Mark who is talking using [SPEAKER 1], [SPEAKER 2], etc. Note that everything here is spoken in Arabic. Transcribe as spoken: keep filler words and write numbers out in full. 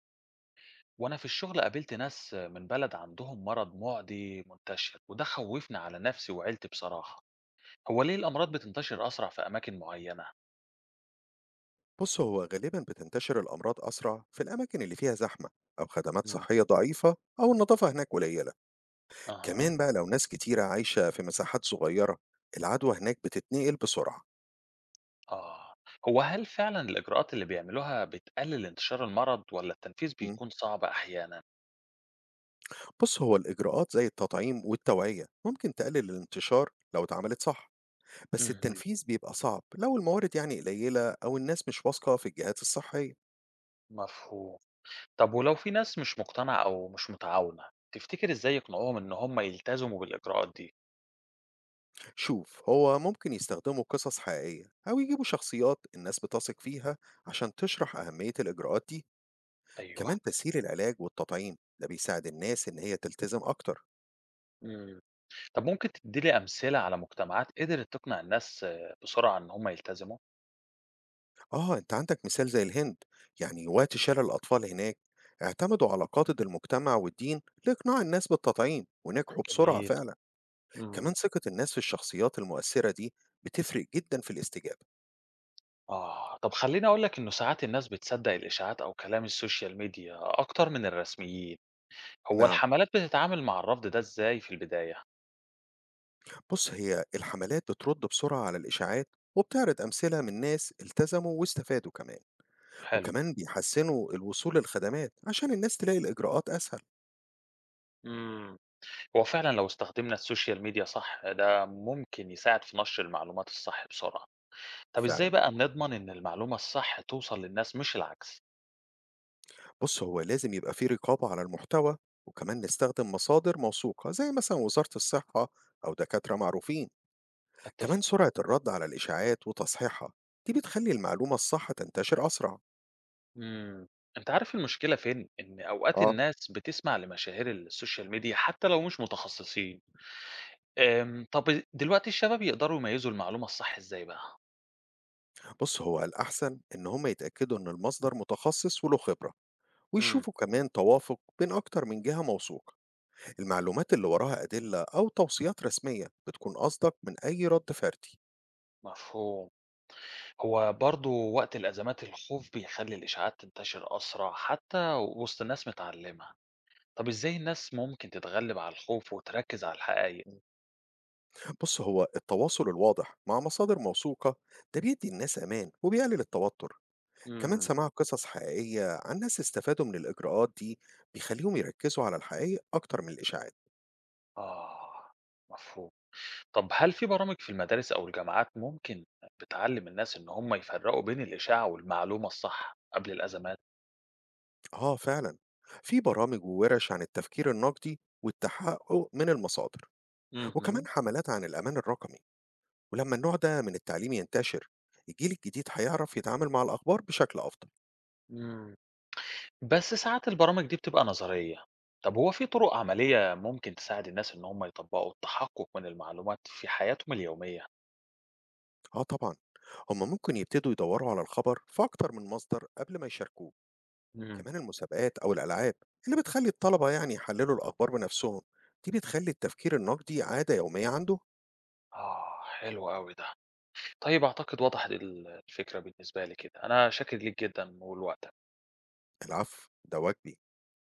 [SPEAKER 1] وأنا في الشغل قابلت ناس من بلد عندهم مرض معدي منتشر وده خوفني على نفسي وعيلتي بصراحة. هو ليه الأمراض بتنتشر أسرع في أماكن معينة؟
[SPEAKER 2] بص هو غالبا بتنتشر الأمراض أسرع في الأماكن اللي فيها زحمة، أو خدمات
[SPEAKER 1] مم.
[SPEAKER 2] صحية ضعيفة أو النظافة هناك قليلة.
[SPEAKER 1] أها.
[SPEAKER 2] كمان بقى لو ناس كتيرة عايشة في مساحات صغيرة، العدوى هناك بتتنقل بسرعة.
[SPEAKER 1] آه. هو هل فعلا الإجراءات اللي بيعملوها بتقلل انتشار المرض ولا التنفيذ
[SPEAKER 2] مم.
[SPEAKER 1] بيكون صعب أحيانا؟
[SPEAKER 2] بص هو الإجراءات زي التطعيم والتوعية ممكن تقلل الانتشار لو اتعملت صح، بس
[SPEAKER 1] مهم.
[SPEAKER 2] التنفيذ بيبقى صعب لو الموارد يعني قليلة أو الناس مش واثقة في الجهات الصحية.
[SPEAKER 1] مفهوم. طب ولو في ناس مش مقتنعة أو مش متعاونة تفتكر إزاي يقنعوهم إن هم يلتزموا بالإجراءات دي؟
[SPEAKER 2] شوف هو ممكن يستخدموا قصص حقيقية أو يجيبوا شخصيات الناس بتثق فيها عشان تشرح أهمية الإجراءات دي.
[SPEAKER 1] أيوه.
[SPEAKER 2] كمان تسهيل العلاج والتطعيم ده بيساعد الناس إن هي تلتزم أكتر.
[SPEAKER 1] مم. طب ممكن تدّي لي أمثلة على مجتمعات قدرت تقنع الناس، آه، بسرعة إن هم يلتزموا؟
[SPEAKER 2] آه، أنت عندك مثال زي الهند، يعني وقت شلل الأطفال هناك اعتمدوا على قاعدة المجتمع والدين لإقناع الناس بالتطعيم ونجحوا بسرعة
[SPEAKER 1] جميل.
[SPEAKER 2] فعلا. كمان
[SPEAKER 1] إمم.
[SPEAKER 2] ثقة الناس في الشخصيات المؤثرة دي بتفرق جدا في الاستجابة.
[SPEAKER 1] آه، طب خلّيني أقول لك إنه ساعات الناس بتصدّق الإشاعات أو كلام السوشيال ميديا أكتر من الرسميين، هو
[SPEAKER 2] نعم.
[SPEAKER 1] الحملات بتتعامل مع الرفض ده إزاي في البداية؟
[SPEAKER 2] بص هي الحملات بترد بسرعة على الإشاعات، وبتعرض أمثلة من ناس التزموا واستفادوا كمان.
[SPEAKER 1] حلو.
[SPEAKER 2] وكمان بيحسنوا الوصول للخدمات عشان الناس تلاقي الإجراءات أسهل.
[SPEAKER 1] إمم. هو فعلًا لو استخدمنا السوشيال ميديا صح ده ممكن يساعد في نشر المعلومات الصح بسرعة، طب إزاي
[SPEAKER 2] فعلا.
[SPEAKER 1] بقى نضمن إن المعلومة الصح توصل للناس مش العكس؟
[SPEAKER 2] بُص، هو لازم يبقى في رقابة على المحتوى، وكمان نستخدم مصادر موثوقة زي مثلًا وزارة الصحة أو دكاترة معروفين. كمان
[SPEAKER 1] أتفق.
[SPEAKER 2] سرعة الرد على الإشاعات وتصحيحها، دي بتخلّي المعلومة الصح تنتشر أسرع.
[SPEAKER 1] إمم. أنت عارف المشكلة فين؟ إن أوقات
[SPEAKER 2] آه.
[SPEAKER 1] الناس بتسمع لمشاهير السوشيال ميديا حتى لو مش متخصصين. آمم، طب دلوقتي الشباب يقدروا يميّزوا المعلومة الصح إزاي بقى؟
[SPEAKER 2] بُص، هو الأحسن إن هم يتأكدوا إن المصدر متخصص وله خبرة،
[SPEAKER 1] إمم.
[SPEAKER 2] ويشوفوا كمان توافق بين أكتر من جهة موثوقة. المعلومات اللي وراها أدلة أو توصيات رسمية بتكون أصدق من أي رد فردي.
[SPEAKER 1] مفهوم. هو برضه وقت الأزمات الخوف بيخلّي الإشاعات تنتشر أسرع حتى وسط ناس متعلمة. طب إزاي الناس ممكن تتغلب على الخوف وتركّز على الحقايق؟
[SPEAKER 2] بص هو التواصل الواضح مع مصادر موثوقة ده بيدي الناس أمان وبيقلل التوتر. كمان
[SPEAKER 1] إمم.
[SPEAKER 2] سماع قصص حقيقية عن ناس استفادوا من الإجراءات دي بيخليهم يركزوا على الحقيقة أكتر من الإشاعات.
[SPEAKER 1] آه. مفهوم. طب هل في برامج في المدارس أو الجامعات ممكن بتعلم الناس إن هم يفرقوا بين الإشاعة والمعلومة الصح قبل الأزمات؟
[SPEAKER 2] آه فعلا، في برامج وورش عن التفكير النقدي والتحقق من المصادر، وكمان
[SPEAKER 1] اهم.
[SPEAKER 2] حملات عن الأمان الرقمي. ولما النوع ده من التعليم ينتشر، الجيل الجديد هيعرف يتعامل مع الأخبار بشكل أفضل.
[SPEAKER 1] إمم. بس ساعات البرامج دي بتبقى نظرية. طب هو في طرق عملية ممكن تساعد الناس إن هم يطبقوا التحقق من المعلومات في حياتهم اليومية؟
[SPEAKER 2] آه طبعا، هم ممكن يبتدوا يدوروا على الخبر في أكتر من مصدر قبل ما يشاركوه.
[SPEAKER 1] إمم.
[SPEAKER 2] كمان المسابقات أو الألعاب اللي بتخلي الطلبة يعني يحللوا الأخبار بنفسهم، دي بتخلي التفكير النقدي عادة يومية عنده.
[SPEAKER 1] آه، حلو أوي ده. طيب أعتقد وضحت ال الفكرة بالنسبة لي كده. أنا شاكر ليك جدًا ولوقتك.
[SPEAKER 2] العفو ده واجبي.